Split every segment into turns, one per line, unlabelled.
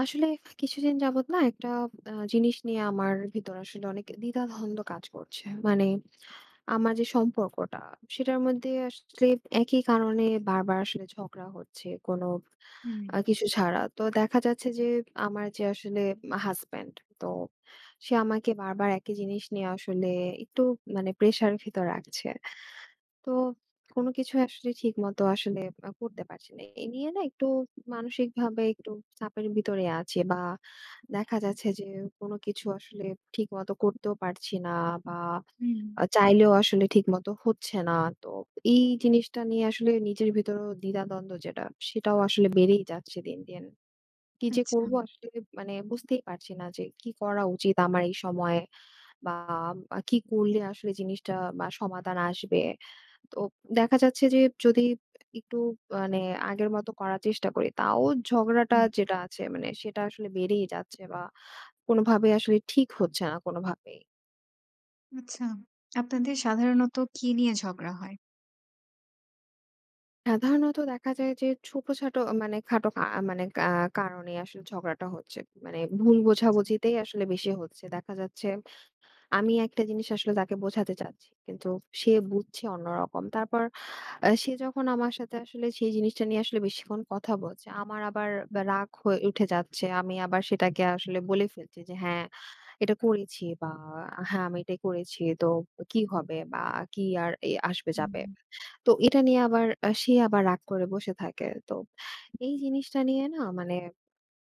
আসলে কিছুদিন যাবত না একটা জিনিস নিয়ে আমার ভিতরে আসলে অনেক দ্বিধাদ্বন্দ্ব কাজ করছে। মানে আমার যে সম্পর্কটা, সেটার মধ্যে আসলে একই কারণে বারবার আসলে ঝগড়া হচ্ছে কোনো
হুম,
কিছু ছাড়া। তো দেখা যাচ্ছে যে আমার যে আসলে হাসব্যান্ড, তো সে আমাকে বারবার একই জিনিস নিয়ে আসলে একটু মানে প্রেশার এর ভিতর রাখছে। তো কোনো কিছু আসলে ঠিকমতো আসলে করতে পারছি না। এ নিয়ে না একটু মানসিকভাবে একটু চাপের ভিতরে আছি, বা দেখা যাচ্ছে যে কোনো কিছু আসলে ঠিকমতো করতেও পারছি না, বা
হুম।
চাইলেও আসলে ঠিকমতো হচ্ছে না। তো এই জিনিসটা নিয়ে আসলে নিজের ভিতরেও দ্বিধাদ্বন্দ্ব যেটা, সেটাও আসলে বেড়েই যাচ্ছে দিন, দিন। কি যে
আচ্ছা,
করব আসলে, মানে বুঝতেই পারছি না যে কি করা উচিত আমার এই সময়ে, বা কি করলে আসলে জিনিসটা বা সমাধান আসবে? তো দেখা যাচ্ছে যে যদি একটু মানে আগের মতো করার চেষ্টা করি, তাও ঝগড়াটা
হুম,
যেটা আছে, মানে সেটা আসলে বেড়েই যাচ্ছে, বা কোনোভাবে আসলে ঠিক হচ্ছে না কোনোভাবেই।
আচ্ছা। আপনাদের সাধারণত কি নিয়ে ঝগড়া হয়?
সাধারণত দেখা যায় যে ছোটখাটো, মানে খাটো কা মানে আ কারণে আসলে ঝগড়াটা হচ্ছে। মানে ভুল
আচ্ছা,
বোঝাবুঝিতেই আসলে বেশি হচ্ছে। দেখা যাচ্ছে, আমি একটা জিনিস আসলে তাকে বোঝাতে চাচ্ছি, কিন্তু সে বুঝছে অন্যরকম। তারপর সে যখন আমার সাথে আসলে সেই জিনিসটা নিয়ে আসলে বেশিক্ষণ কথা বলছে, আমার আবার বা রাগ হয়ে উঠে যাচ্ছে। আমি আবার সেটাকে আসলে বলে ফেলছি যে, "হ্যাঁ, এটা করেছি", বা "হ্যাঁ, আমি এটাই করেছি। তো কি হবে?", বা "কি আর এ আসবে যাবে?"
হুম,
তো এটা নিয়ে আবার সে আবার রাগ করে বসে থাকে। তো এই জিনিসটা নিয়ে না, মানে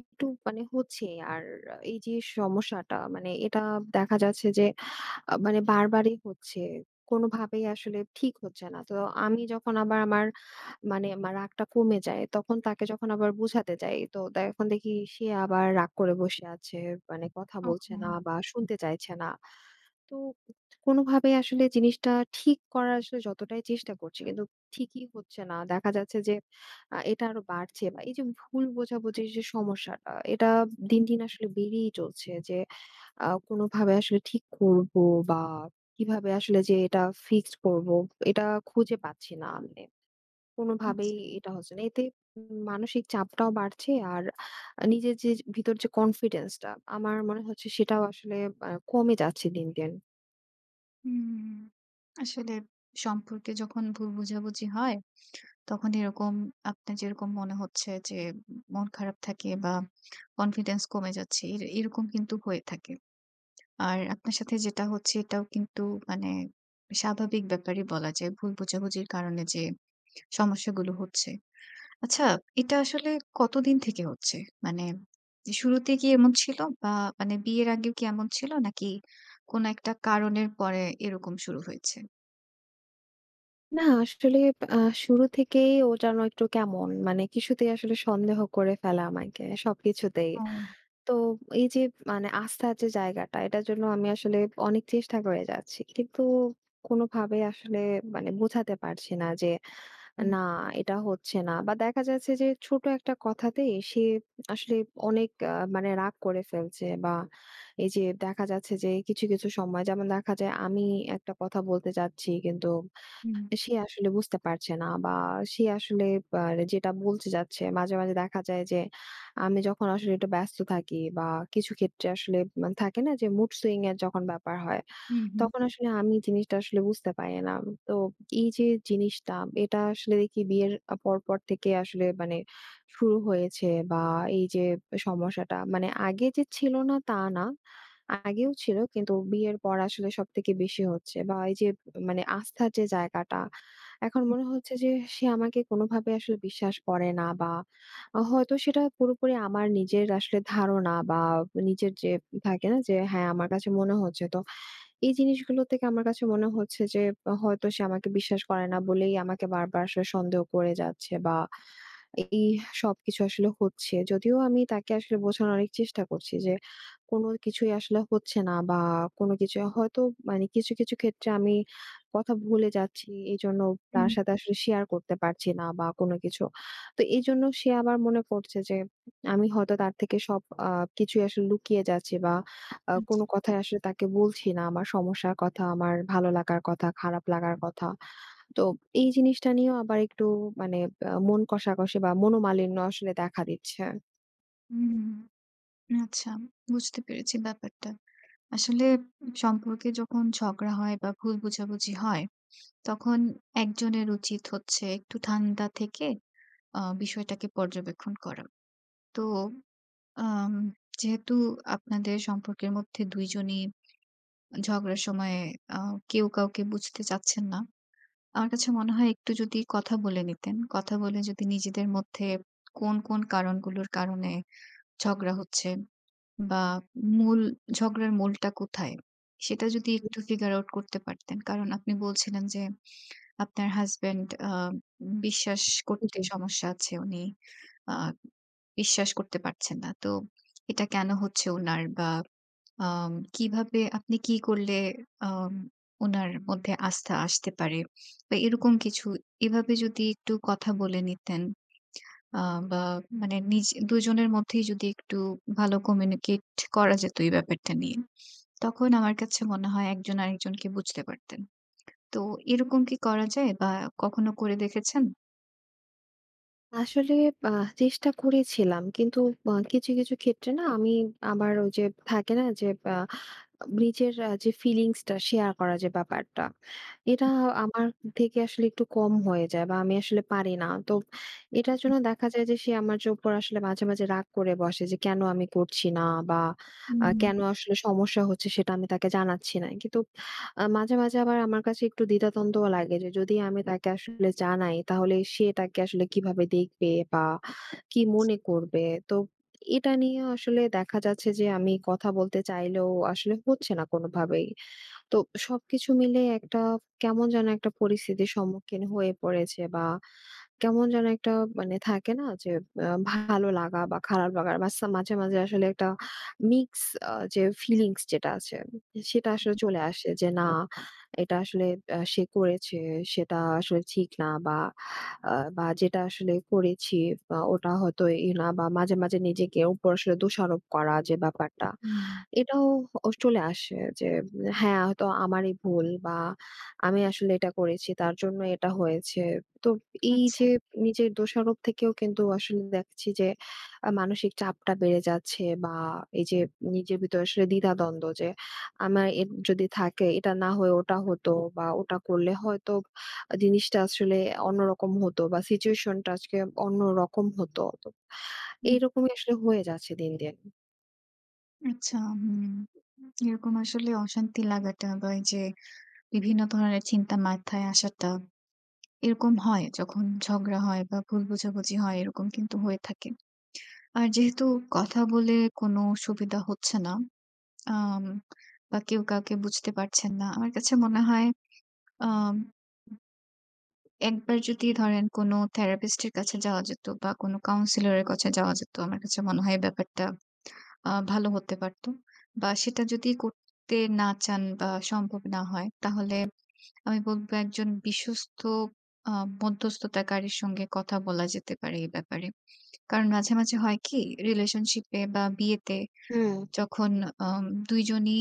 একটু মানে হচ্ছে। আর এই যে সমস্যাটা, মানে এটা দেখা যাচ্ছে যে মানে বারবারই হচ্ছে। কোনোভাবেই আসলে ঠিক হচ্ছে না। তো আমি যখন আবার আমার, মানে আমার রাগটা কমে যায়, তখন তাকে যখন আবার বুঝাতে যাই, তো এখন দেখি সে আবার রাগ করে বসে আছে। মানে কথা বলছে
ওহো!
না বা শুনতে চাইছে না। তো কোনোভাবে আসলে জিনিসটা ঠিক করার আসলে যতটাই চেষ্টা করছি, কিন্তু ঠিকই হচ্ছে না। দেখা যাচ্ছে যে এটা আরো বাড়ছে, বা এই যে ভুল বোঝাবুঝির যে সমস্যাটা, এটা দিন, দিন আসলে বেড়েই চলছে যে কোনোভাবে আসলে ঠিক করবো, বা কিভাবে আসলে যে এটা ফিক্সড করবো, এটা খুঁজে পাচ্ছি না আমি। কোনোভাবেই
আচ্ছা,
এটা হচ্ছে না। এতে মানসিক চাপটাও বাড়ছে, আর নিজের যে ভিতর যে কনফিডেন্সটা আমার মনে হচ্ছে সেটাও আসলে কমে যাচ্ছে দিন, দিন।
হুম। আসলে সম্পর্কে যখন ভুল বোঝাবুঝি হয়, তখন এরকম আপনার যেরকম মনে হচ্ছে যে মন খারাপ থাকে বা কনফিডেন্স কমে যাচ্ছে, এরকম কিন্তু হয়ে থাকে। আর আপনার সাথে যেটা হচ্ছে এটাও কিন্তু মানে স্বাভাবিক ব্যাপারই বলা যায়। ভুল বোঝাবুঝির কারণে যে সমস্যাগুলো হচ্ছে। আচ্ছা, এটা আসলে কতদিন থেকে হচ্ছে? মানে শুরুতে কি এমন ছিল? বা মানে বিয়ের আগেও কি এমন ছিল? নাকি কোন একটা কারণের পরে এরকম শুরু হয়েছে?
না আসলে, আ শুরু থেকেই ও যেন একটু কেমন, মানে কিছুতেই আসলে সন্দেহ করে ফেলা আমাকে সবকিছুতেই।
ও
তো এই যে, মানে আস্থার যে জায়গাটা, এটার জন্য আমি আসলে অনেক চেষ্টা করে যাচ্ছি, কিন্তু কোনোভাবে আসলে মানে বোঝাতে পারছি না যে
হুম,
না, এটা হচ্ছে না। বা দেখা যাচ্ছে যে ছোট একটা কথাতেই সে আসলে অনেক মানে রাগ করে ফেলছে, বা এই যে দেখা যাচ্ছে যে কিছু, কিছু সময় যেমন দেখা যায়, আমি একটা কথা বলতে চাচ্ছি, কিন্তু
হুম,
সে আসলে বুঝতে পারছে না, বা সে আসলে আ যেটা বলতে চাচ্ছে মাঝে, মাঝে দেখা যায় যে আমি যখন আসলে একটু ব্যস্ত থাকি, বা কিছু ক্ষেত্রে আসলে মানে থাকে না যে মুড সুইং এর যখন ব্যাপার হয়,
হুম, হুম,
তখন আসলে আমি জিনিসটা আসলে বুঝতে পারি না। তো এই যে জিনিসটা, এটা আসলে দেখি বিয়ের পরপর থেকে আসলে মানে শুরু হয়েছে, বা এই যে সমস্যাটা, মানে আগে যে ছিল না তা না। আগেও ছিল, কিন্তু বিয়ের পর আসলে সবথেকে বেশি হচ্ছে, বা এই যে মানে আস্থার যে জায়গাটা, এখন
হুম,
মনে হচ্ছে যে সে আমাকে কোনোভাবে আসলে বিশ্বাস করে না, বা হয়তো সেটা পুরোপুরি আমার নিজের আসলে ধারণা, বা নিজের যে থাকে না যে হ্যাঁ, আমার কাছে মনে হচ্ছে। তো এই জিনিসগুলো থেকে আমার কাছে মনে হচ্ছে যে হয়তো সে আমাকে বিশ্বাস করে না বলেই আমাকে বারবার আসলে সন্দেহ করে যাচ্ছে, বা এই সবকিছু আসলে হচ্ছে। যদিও আমি তাকে আসলে বোঝানোর অনেক চেষ্টা করছি যে, কোন কিছুই আসলে হচ্ছে না, বা কোন কিছু হয়তো মানে কিছু, কিছু ক্ষেত্রে আমি কথা ভুলে যাচ্ছি। এজন্য তার
হুম,
সাথে আসলে শেয়ার করতে পারছি না বা কোন কিছু। তো এজন্য সে আবার মনে করছে যে, আমি হয়তো তার থেকে সব আ কিছুই আসলে লুকিয়ে যাচ্ছি, বা কোন কথাই আসলে তাকে বলছি না। আমার সমস্যার কথা, আমার ভালো লাগার কথা, খারাপ লাগার কথা। তো এই জিনিসটা নিয়েও আবার একটু মানে মন কষাকষি বা মনোমালিন্য আসলে দেখা দিচ্ছে।
হুম। আচ্ছা, বুঝতে পেরেছি ব্যাপারটা। আসলে সম্পর্কে যখন ঝগড়া হয় বা ভুল বোঝাবুঝি হয়, তখন একজনের উচিত হচ্ছে একটু ঠান্ডা থেকে বিষয়টাকে পর্যবেক্ষণ করা। তো আম যেহেতু আপনাদের সম্পর্কের মধ্যে ২ জনই ঝগড়ার সময় আ কেউ কাউকে বুঝতে চাচ্ছেন না। আমার কাছে মনে হয় একটু যদি কথা বলে নিতেন। কথা বলে যদি নিজেদের মধ্যে কোন, কোন কারণগুলোর কারণে ঝগড়া হচ্ছে বা মূল ঝগড়ার মূলটা কোথায়? সেটা যদি একটু ফিগার আউট করতে পারতেন। কারণ আপনি বলছিলেন যে আপনার হাসব্যান্ড বিশ্বাস করতে
জি।
সমস্যা আছে। উনি আ বিশ্বাস করতে পারছেন না। তো এটা কেন হচ্ছে উনার, বা কিভাবে আপনি কি করলে আম উনার মধ্যে আস্থা আসতে পারে? বা এরকম কিছু, এভাবে যদি একটু কথা বলে নিতেন, আ বা মানে নিজ ২ জনের মধ্যেই যদি একটু ভালো কমিউনিকেট করা যেত এই ব্যাপারটা নিয়ে, তখন আমার কাছে মনে হয় একজন আরেকজনকে বুঝতে পারতেন। তো এরকম কি করা যায় বা কখনো করে দেখেছেন?
আসলে আ চেষ্টা করেছিলাম। কিন্তু কিছু, কিছু ক্ষেত্রে না আমি আবার ওই যে থাকে না যে আ নিজের যে ফিলিংস টা শেয়ার করা যে ব্যাপারটা, এটা আমার থেকে আসলে একটু কম হয়ে যায়, বা আমি আসলে পারি না। তো এটার জন্য দেখা যায় যে সে আমার যে উপর আসলে মাঝে, মাঝে রাগ করে বসে যে কেন আমি করছি না, বা
হুম,
কেন আসলে সমস্যা হচ্ছে সেটা আমি তাকে জানাচ্ছি না। কিন্তু মাঝে, মাঝে আবার আমার কাছে একটু দ্বিধাদ্বন্দ্বও লাগে যে যদি আমি তাকে আসলে জানাই, তাহলে সে এটাকে আসলে কিভাবে দেখবে, বা কি মনে করবে? তো এটা নিয়ে আসলে দেখা যাচ্ছে যে আমি কথা বলতে চাইলেও আসলে হচ্ছে না কোনোভাবেই। তো সবকিছু মিলে একটা কেমন যেন একটা পরিস্থিতির সম্মুখীন হয়ে পড়েছে, বা কেমন যেন একটা মানে থাকে না যে ভালো লাগা বা খারাপ লাগার বা মাঝে, মাঝে আসলে একটা মিক্স যে ফিলিংস যেটা আছে, সেটা আসলে চলে আসে যে না, এটা আসলে সে করেছে সেটা আসলে ঠিক না, বা বা যেটা আসলে করেছি ওটা হয়তো না, বা মাঝে, মাঝে নিজেকে উপর আসলে দোষারোপ করা যে ব্যাপারটা।
হুম।
এটাও চলে আসে যে হ্যাঁ, হয়তো আমারই ভুল, বা আমি আসলে এটা করেছি তার জন্য এটা হয়েছে। তো এই
আচ্ছা,
যে নিজের দোষারোপ থেকেও কিন্তু আসলে দেখছি যে মানসিক চাপটা বেড়ে যাচ্ছে, বা এই যে নিজের ভিতরে আসলে দ্বিধাদ্বন্দ্ব যে আমার যদি থাকে এটা না হয়ে ওটা হতো, বা ওটা করলে হয়তো জিনিসটা আসলে অন্যরকম হতো, বা সিচুয়েশনটা আজকে অন্যরকম হতো। তো
হুম,
এইরকমই আসলে হয়ে যাচ্ছে দিন, দিন।
আচ্ছা, হুম। এরকম আসলে অশান্তি লাগাটা বা এই যে বিভিন্ন ধরনের চিন্তা মাথায় আসাটা, এরকম হয় যখন ঝগড়া হয় বা ভুল বোঝাবুঝি হয়, এরকম কিন্তু হয়ে থাকে। আর যেহেতু কথা বলে কোনো সুবিধা হচ্ছে না, আম বা কেউ কাউকে বুঝতে পারছেন না। আমার কাছে মনে হয় আম একবার যদি ধরেন কোনো therapist এর কাছে যাওয়া যেত বা কোনো counselor এর কাছে যাওয়া যেত, আমার কাছে মনে হয় ব্যাপারটা ভালো হতে পারত। বা সেটা যদি করতে না চান বা সম্ভব না হয়, তাহলে আমি বলব একজন বিশ্বস্ত আ মধ্যস্থতাকারীর সঙ্গে কথা বলা যেতে পারে এই ব্যাপারে। কারণ মাঝে, মাঝে হয় কি, রিলেশনশিপ এ বা বিয়েতে
হুম।
যখন ২ জনই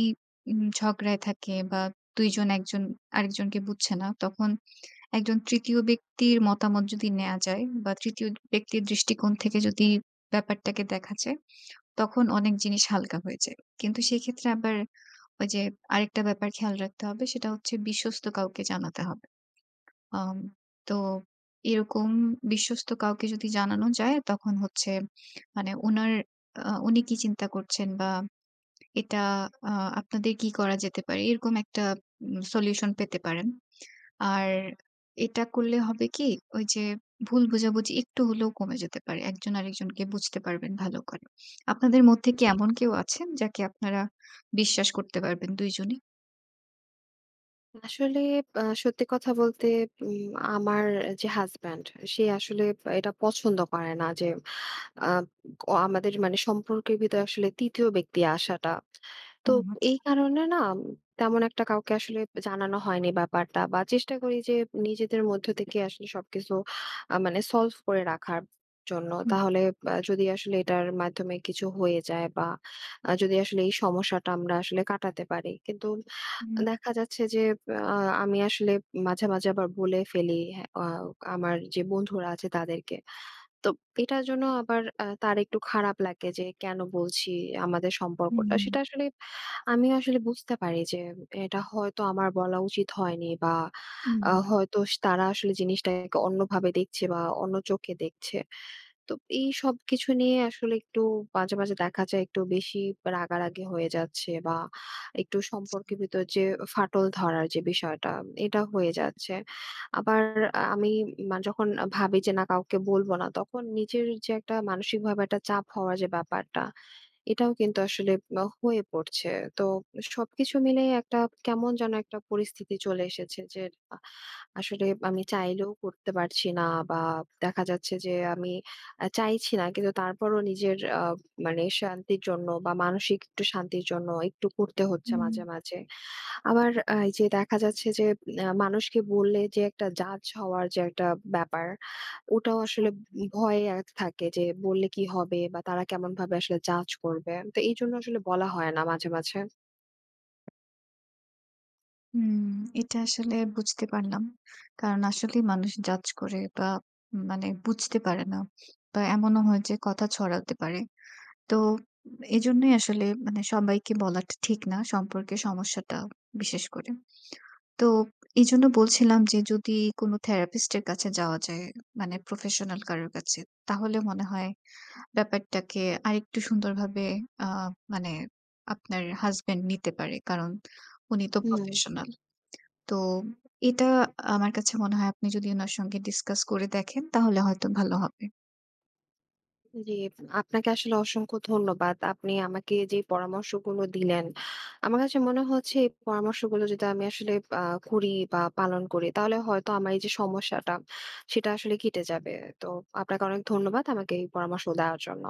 ঝগড়ায় থাকে বা ২ জন একজন আরেকজনকে বুঝছে না, তখন একজন তৃতীয় ব্যক্তির মতামত যদি নেয়া যায় বা তৃতীয় ব্যক্তির দৃষ্টিকোণ থেকে যদি ব্যাপারটাকে দেখা যায়, তখন অনেক জিনিস হালকা হয়ে যায়। কিন্তু সেক্ষেত্রে আবার ওই যে আরেকটা ব্যাপার খেয়াল রাখতে হবে, সেটা হচ্ছে বিশ্বস্ত কাউকে জানাতে হবে। আম তো এরকম বিশ্বস্ত কাউকে যদি জানানো যায়, তখন হচ্ছে মানে উনার, উনি কি চিন্তা করছেন বা এটা আ আপনাদের কি করা যেতে পারে, এরকম একটা সলিউশন পেতে পারেন। আর এটা করলে হবে কি, ওই যে ভুল বোঝাবুঝি একটু হলেও কমে যেতে পারে। একজন আরেকজনকে বুঝতে পারবেন ভালো করে। আপনাদের মধ্যে কি এমন কেউ আছেন যাকে আপনারা বিশ্বাস করতে পারবেন ২ জনই?
আসলে সত্যি কথা বলতে উম আমার যে হাসব্যান্ড, সে আসলে এটা পছন্দ করে না যে আ আমাদের মানে সম্পর্কের ভিতরে আসলে ৩য় ব্যক্তি আসাটা। তো
ও
এই
আচ্ছা।
কারণে না, তেমন একটা কাউকে আসলে জানানো হয়নি ব্যাপারটা, বা চেষ্টা করি যে নিজেদের মধ্য থেকে আসলে সবকিছু মানে সলভ করে রাখার জন্য।
হুম,
তাহলে যদি আসলে এটার মাধ্যমে কিছু হয়ে যায়, বা যদি আসলে এই সমস্যাটা আমরা আসলে কাটাতে পারি। কিন্তু
হুম,
দেখা যাচ্ছে যে আ আমি আসলে মাঝে, মাঝে আবার বলে ফেলি হ্যাঁ, আমার যে বন্ধুরা আছে তাদেরকে। তো এটার জন্য আবার তার একটু খারাপ লাগে যে কেন বলছি আমাদের
হুম,
সম্পর্কটা।
হুম,
সেটা আসলে আমি আসলে বুঝতে পারি যে এটা হয়তো আমার বলা উচিত হয়নি, বা
হুম,
হয়তো তারা আসলে জিনিসটাকে অন্যভাবে দেখছে বা অন্য চোখে দেখছে। তো এই সবকিছু নিয়ে আসলে একটু মাঝে, মাঝে দেখা যায় একটু বেশি রাগারাগি হয়ে যাচ্ছে, বা একটু
আচ্ছা।
সম্পর্কের ভিতর যে ফাটল ধরার যে বিষয়টা, এটা হয়ে যাচ্ছে। আবার আমি যখন ভাবি যে না কাউকে বলবো না, তখন নিজের যে একটা মানসিকভাবে একটা চাপ হওয়ার যে ব্যাপারটা, এটাও কিন্তু আসলে হয়ে পড়ছে। তো সবকিছু মিলেই একটা কেমন যেন একটা পরিস্থিতি চলে এসেছে যে আ আসলে আমি চাইলেও করতে পারছি না, বা দেখা যাচ্ছে যে আমি চাইছি না। কিন্তু তারপরও নিজের মানে শান্তির জন্য, বা মানসিক একটু শান্তির জন্য একটু করতে হচ্ছে
হুম।
মাঝে, মাঝে। আবার এই যে দেখা যাচ্ছে যে মানুষকে বললে যে একটা জাজ হওয়ার যে একটা ব্যাপার, ওটাও
আচ্ছা।
আসলে ভয়ে থাকে যে বললে কি হবে, বা তারা কেমনভাবে আসলে জাজ করবে। তো এইজন্য আসলে বলা হয় না মাঝে, মাঝে।
হুম, এটা আসলে বুঝতে পারলাম। কারণ আসলেই মানুষ জাজ করে বা মানে বুঝতে পারে না। বা এমনও হয় যে কথা ছড়াতে পারে। তো এজন্যই আসলে মানে সবাইকে বলাটা ঠিক না, সম্পর্কে সমস্যাটা বিশেষ করে। তো এজন্য বলছিলাম যে যদি কোনো therapist এর কাছে যাওয়া যায় মানে প্রফেশনাল কারোর কাছে, তাহলে মনে হয় ব্যাপারটাকে আরেকটু সুন্দরভাবে আ মানে আপনার হাসব্যান্ড নিতে পারে। কারণ উনি তো
হুম।
প্রফেশনাল। তো এটা আমার কাছে মনে হয় আপনি যদি উনার সঙ্গে ডিসকাস করে দেখেন তাহলে হয়তো ভালো হবে।
জি, আপনাকে আসলে অসংখ্য ধন্যবাদ। আপনি আমাকে যে পরামর্শগুলো দিলেন, আমার কাছে মনে হচ্ছে এই পরামর্শগুলো যদি আমি আসলে আ করি বা পালন করি, তাহলে হয়তো আমার এই যে সমস্যাটা, সেটা আসলে কেটে যাবে। তো আপনাকে অনেক ধন্যবাদ আমাকে এই পরামর্শ দেওয়ার জন্য।